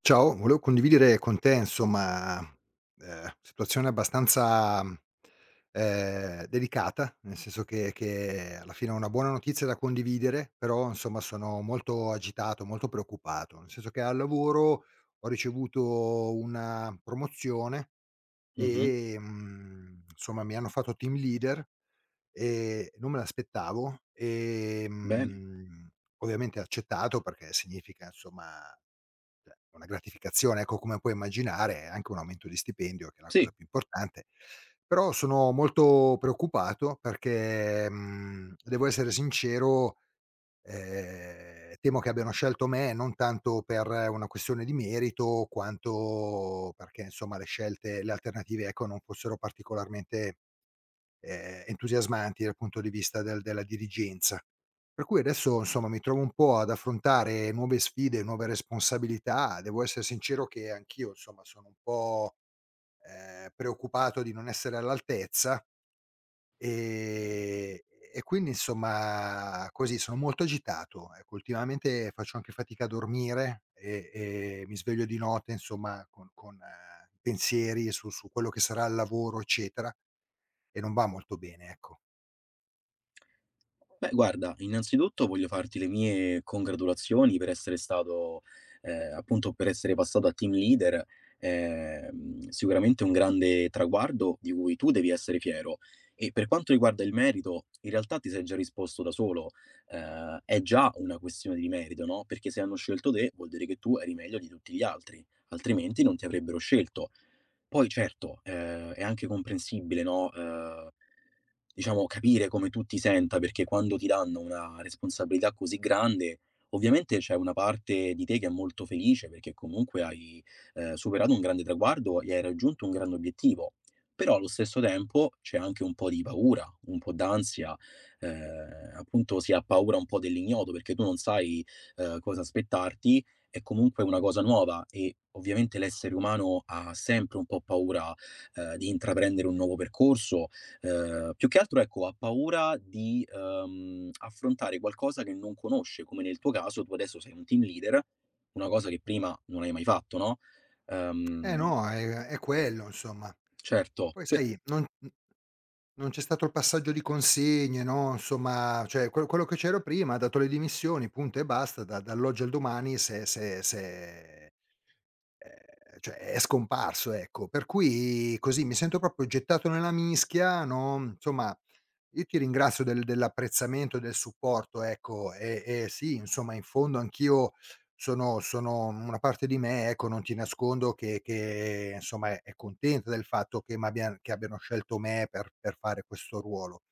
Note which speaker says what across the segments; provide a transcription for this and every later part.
Speaker 1: Ciao, volevo condividere con te insomma, situazione abbastanza, delicata, nel senso che alla fine ho una buona notizia da condividere, però insomma sono molto agitato, molto preoccupato, nel senso che al lavoro ho ricevuto una promozione
Speaker 2: Mh-mh.
Speaker 1: e, insomma mi hanno fatto team leader. Non me l'aspettavo,
Speaker 2: Bene.
Speaker 1: ovviamente accettato perché significa insomma, cioè una gratificazione, ecco, come puoi immaginare, anche un aumento di stipendio che è la
Speaker 2: Sì.
Speaker 1: cosa più importante. Però sono molto preoccupato perché, devo essere sincero, temo che abbiano scelto me non tanto per una questione di merito, quanto perché insomma le alternative, ecco, non fossero particolarmente entusiasmanti dal punto di vista della dirigenza. Per cui adesso, insomma, mi trovo un po' ad affrontare nuove sfide, nuove responsabilità. Devo essere sincero che anch'io, insomma, sono un po', preoccupato di non essere all'altezza, ehm, e quindi insomma così, sono molto agitato. Ecco, ultimamente faccio anche fatica a dormire e mi sveglio di notte, insomma, con pensieri su quello che sarà il lavoro, eccetera, e non va molto bene, ecco.
Speaker 2: Beh, guarda, innanzitutto voglio farti le mie congratulazioni per essere stato appunto per essere passato a team leader. Sicuramente un grande traguardo di cui tu devi essere fiero. E per quanto riguarda il merito, in realtà ti sei già risposto da solo. È già una questione di merito, no, perché se hanno scelto te, vuol dire che tu eri meglio di tutti gli altri, altrimenti non ti avrebbero scelto. Poi certo, è anche comprensibile, no, diciamo, capire come tu ti senta, perché quando ti danno una responsabilità così grande, ovviamente c'è una parte di te che è molto felice perché comunque hai, superato un grande traguardo e hai raggiunto un grande obiettivo. Però allo stesso tempo c'è anche un po' di paura, un po' d'ansia, appunto si ha paura un po' dell'ignoto perché tu non sai, cosa aspettarti, è comunque una cosa nuova e ovviamente l'essere umano ha sempre un po' paura, di intraprendere un nuovo percorso. Più che altro ecco, ha paura di, affrontare qualcosa che non conosce, come nel tuo caso, tu adesso sei un team leader, una cosa che prima non hai mai fatto, no,
Speaker 1: Eh
Speaker 2: ehm,
Speaker 1: no, è quello insomma.
Speaker 2: certo,
Speaker 1: Poi
Speaker 2: pe
Speaker 1: sai non c'è stato il passaggio di consegne, no, insomma, cioè quello che c'era prima ha dato le dimissioni, punto e basta, da dall'oggi al domani s'è s'è s'è cioè è scomparso, ecco. Per cui così mi sento proprio gettato nella mischia, no, insomma io ti ringrazio dell'apprezzamento, del supporto, ecco, e sì, insomma in fondo anch'io sono una parte di me, ecco, non ti nascondo che insomma è contenta del fatto che m'abbian che abbiano scelto me per fare questo ruolo.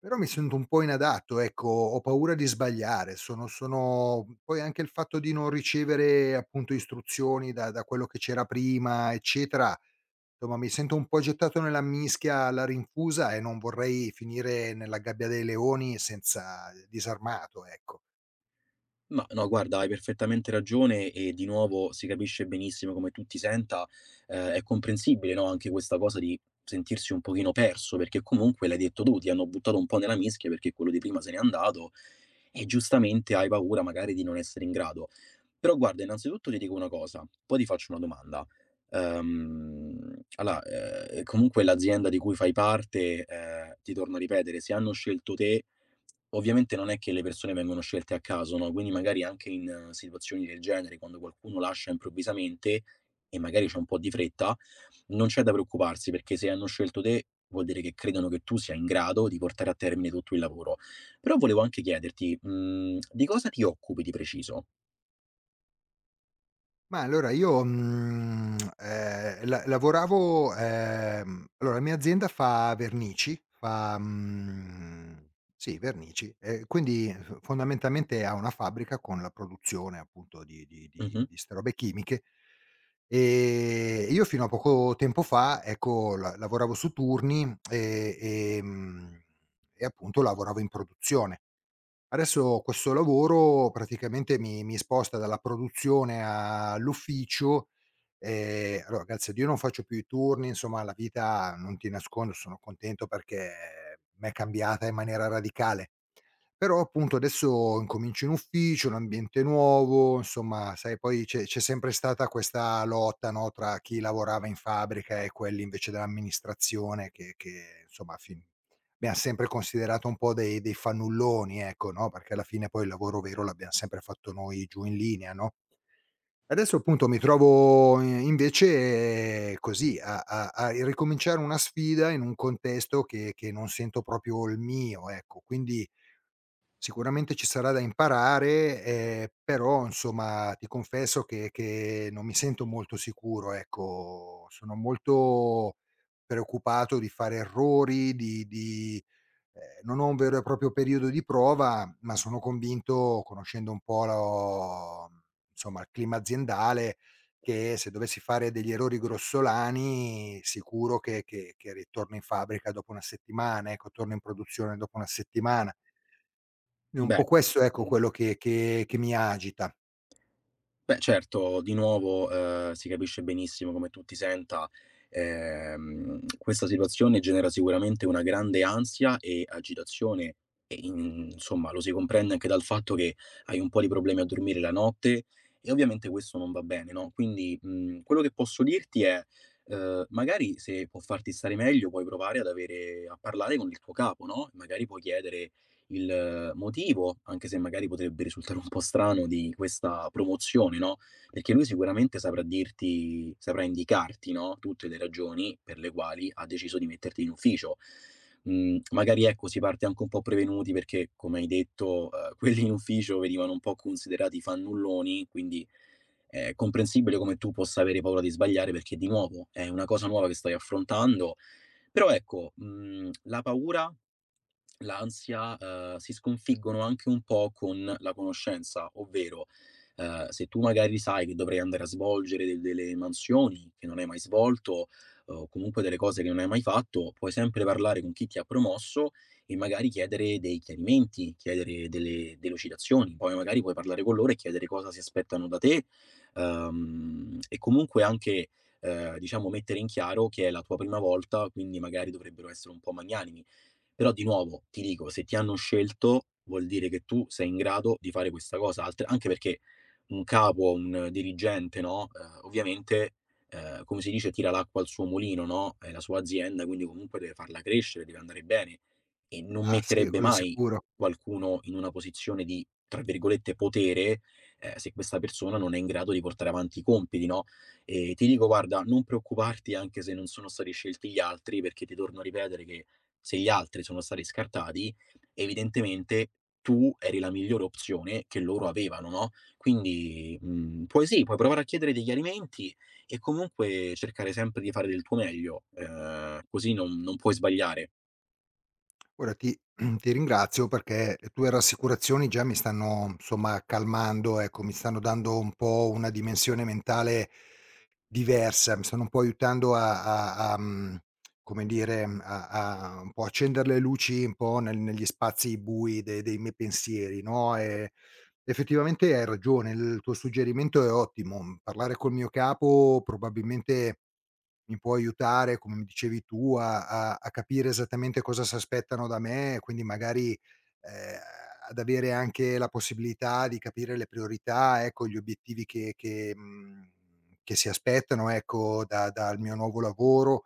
Speaker 1: Però mi sento un po' inadatto, ecco, ho paura di sbagliare, sono poi anche il fatto di non ricevere appunto istruzioni da quello che c'era prima, eccetera, insomma mi sento un po' gettato nella mischia alla rinfusa e non vorrei finire nella gabbia dei leoni senza disarmato, ecco.
Speaker 2: Ma no, guarda, hai perfettamente ragione e di nuovo si capisce benissimo come tu ti senta. È comprensibile, no, anche questa cosa di sentirsi un pochino perso, perché comunque l'hai detto tu, ti hanno buttato un po' nella mischia perché quello di prima se n'è andato e giustamente hai paura magari di non essere in grado. Però guarda, innanzitutto ti dico una cosa, poi ti faccio una domanda. Allora, comunque l'azienda di cui fai parte, ti torno a ripetere, se hanno scelto te. Ovviamente non è che le persone vengono scelte a caso, no, quindi magari anche in situazioni del genere, quando qualcuno lascia improvvisamente e magari c'è un po' di fretta, non c'è da preoccuparsi perché se hanno scelto te vuol dire che credono che tu sia in grado di portare a termine tutto il lavoro. Però volevo anche chiederti, di cosa ti occupi di preciso?
Speaker 1: Ma allora io, la lavoravo allora la mia azienda fa vernici, fa, mhmm sì vernici, e quindi f fondamentalmente ha una fabbrica con la produzione appunto di di di
Speaker 2: Mh-mh.
Speaker 1: di 'ste robe chimiche, io fino a poco tempo fa, ecco, la lavoravo su turni ehm, e appunto lavoravo in produzione. Adesso questo lavoro praticamente mi sposta dalla produzione all'ufficio, allora grazie a Dio non faccio più i turni, insomma la vita, non ti nascondo, sono contento perché m'è cambiata in maniera radicale. Però appunto adesso incomincio in ufficio, un ambiente nuovo, insomma sai poi c'è sempre stata questa lotta, no, tra chi lavorava in fabbrica e quelli invece dell'amministrazione che insomma fin m'ha sempre considerato un po' dei fannulloni ecco, no, perché alla fine poi il lavoro vero l'abbiam sempre fatto noi giù in linea, no. Adesso appunto mi trovo i invece così a ricominciare una sfida in un contesto che non sento proprio il mio, ecco. Quindi sicuramente ci sarà da imparare, però insomma ti confesso che non mi sento molto sicuro, ecco. Sono molto preoccupato di fare errori, di non ho un vero e proprio periodo di prova, ma sono convinto, conoscendo un po' lo insomma il clima aziendale, che se dovessi fare degli errori grossolani sicuro che ritorno in fabbrica dopo una settimana, ecco, torno in produzione dopo una settimana. È un
Speaker 2: Beh.
Speaker 1: po' questo, ecco,
Speaker 2: mhmm,
Speaker 1: quello che mi agita.
Speaker 2: Beh, certo, di nuovo, si capisce benissimo come tu ti senta. Questa situazione genera sicuramente una grande ansia e agitazione e in insomma, lo si comprende anche dal fatto che hai un po' di problemi a dormire la notte e ovviamente questo non va bene, no, quindi, quello che posso dirti è, magari se può farti stare meglio puoi provare ad avere a parlare con il tuo capo, no, magari puoi chiedere, il motivo, anche se magari potrebbe risultare un po' strano, di questa promozione, no, perché lui sicuramente saprà dirti saprà indicarti, no, tutte le ragioni per le quali ha deciso di metterti in ufficio. Mhmm, magari ecco, si parte anche un po' prevenuti perché, come hai detto, quelli in ufficio venivano un po' considerati fannulloni, quindi è comprensibile come tu possa avere paura di sbagliare perché, di nuovo, è una cosa nuova che stai affrontando. Però ecco, mhmm, la paura, l'ansia, si sconfiggono anche un po' con la conoscenza, ovvero, se tu magari sai che dovrai andare a svolgere de delle mansioni che non hai mai svolto, o comunque delle cose che non hai mai fatto, puoi sempre parlare con chi ti ha promosso e magari chiedere dei chiarimenti, chiedere delle delucidazioni. Poi magari puoi parlare con loro e chiedere cosa si aspettano da te, e comunque anche diciamo mettere in chiaro che è la tua prima volta, quindi magari dovrebbero essere un po' magnanimi. Però di nuovo ti dico, se ti hanno scelto vuol dire che tu sei in grado di fare questa cosa, altre anche perché un capo, un dirigente, no, ovviamente, come si dice, tira l'acqua al suo mulino, no, è la sua azienda, quindi comunque deve farla crescere, deve andare bene e non
Speaker 1: Ah sì,
Speaker 2: metterebbe
Speaker 1: quello
Speaker 2: mai
Speaker 1: sicuro.
Speaker 2: qualcuno in una posizione di, tra virgolette, "potere", se questa persona non è in grado di portare avanti i compiti, no, ti dico guarda, non preoccuparti anche se non sono stati scelti gli altri, perché ti torno a ripetere che se gli altri sono stati scartati, evidentemente tu eri la migliore opzione che loro avevano, no, quindi, puoi sì, puoi provare a chiedere dei chiarimenti e comunque cercare sempre di fare del tuo meglio, così non puoi sbagliare.
Speaker 1: Guarda ti ti ringrazio perché le tue rassicurazioni già mi stanno, insomma, calmando, ecco, mi stanno dando un po' una dimensione mentale diversa, mi stanno un po' aiutando a come dire, a un po' accender le luci un po' nel negli spazi bui de dei miei pensieri, no, effettivamente hai ragione, il tuo suggerimento è ottimo. Parlare col mio capo probabilmente mi può aiutare, come mi dicevi tu, a capire esattamente cosa s'aspettano da me e quindi magari, ehm, ad avere anche la possibilità di capire le priorità, ecco, gli obiettivi che si aspettano, ecco, da dal mio nuovo lavoro.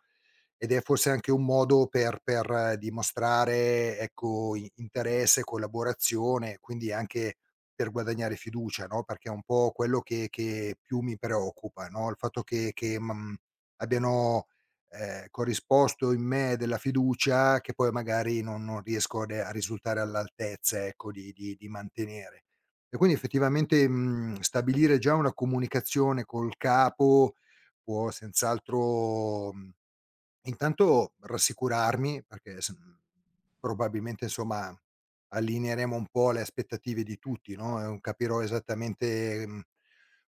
Speaker 1: Ed è forse anche un modo per dimostrare, ecco, i interesse, collaborazione, quindi anche per guadagnare fiducia, no, perché è un po' quello che più mi preoccupa, no, il fatto che abbiano, corrisposto in me della fiducia che poi magari non riesco ne a risultare all'altezza, ecco, di mantenere. E quindi effettivamente, stabilire già una comunicazione col capo può senz'altro, mhmm intanto rassicurarmi perché probabilmente insomma allineeremo un po' le aspettative di tutti, no, capirò esattamente,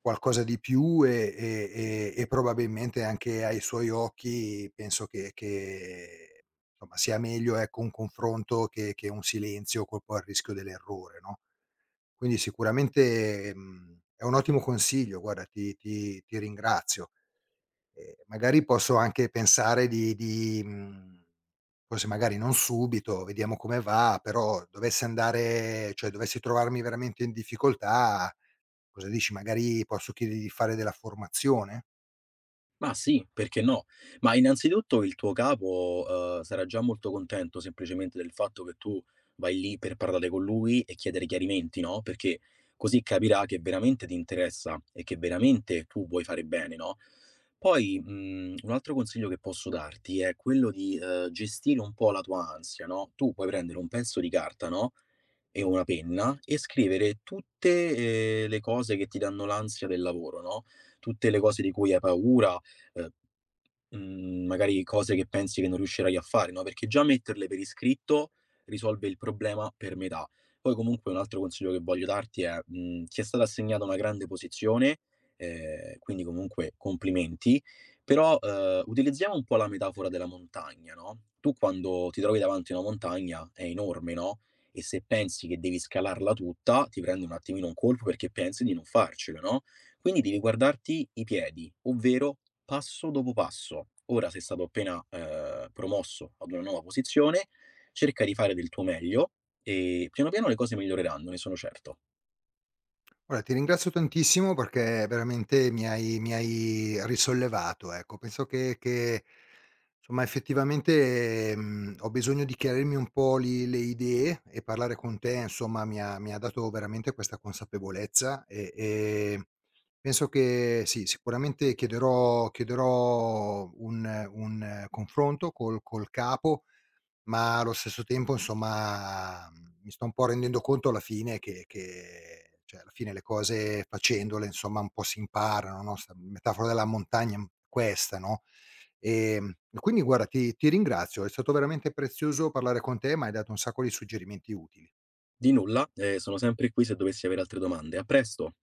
Speaker 1: qualcosa di più e probabilmente anche ai suoi occhi penso che insomma sia meglio, ecco, un confronto che un silenzio col poi il rischio dell'errore, no. Quindi sicuramente, è un ottimo consiglio, guarda ti ringrazio magari posso anche pensare di forse magari non subito, vediamo come va, però dovesse andare cioè dovessi trovarmi veramente in difficoltà, cosa dici, magari posso chiedergli di fare della formazione?
Speaker 2: Ma sì, perché no? Ma innanzitutto il tuo capo, sarà già molto contento semplicemente del fatto che tu vai lì per parlare con lui e chiedere chiarimenti, no, perché così capirà che veramente ti interessa e che veramente tu vuoi fare bene, no? Poi, mhmm, un altro consiglio che posso darti è quello di, gestire un po' la tua ansia, no? Tu puoi prendere un pezzo di carta, no, e una penna e scrivere tutte, le cose che ti danno l'ansia del lavoro, no, tutte le cose di cui hai paura, uhm mhmm, magari cose che pensi che non riuscirai a fare, no, perché già metterle per iscritto risolve il problema per metà. Poi comunque un altro consiglio che voglio darti è, ti è stata assegnata una grande posizione, quindi comunque complimenti, però, utilizziamo un po' la metafora della montagna, no, tu quando ti trovi davanti a una montagna è enorme, no, e se pensi che devi scalarla tutta, ti prendi un attimino un colpo perché pensi di non farcela, no, quindi devi guardarti i piedi, ovvero passo dopo passo. Ora sei stato appena, promosso ad una nuova posizione, cerca di fare del tuo meglio e piano piano le cose miglioreranno, ne sono certo.
Speaker 1: Guarda, ti ringrazio tantissimo perché veramente mi hai risollevato, ecco. Penso che insomma effettivamente, ho bisogno di chiarirmi un po' li le idee e parlare con te insomma mi ha dato veramente questa consapevolezza e penso che sì, sicuramente chiederò un confronto col capo ma allo stesso tempo insomma, mi sto un po' rendendo conto alla fine che cioè alla fine le cose facendole insomma un po' si imparano, no, 'sta La metafora della montagna è questa, no, e quindi guarda ti ringrazio, è stato veramente prezioso parlare con te, m'hai dato un sacco di suggerimenti utili.
Speaker 2: Di nulla, sono sempre qui se dovessi avere altre domande. A presto.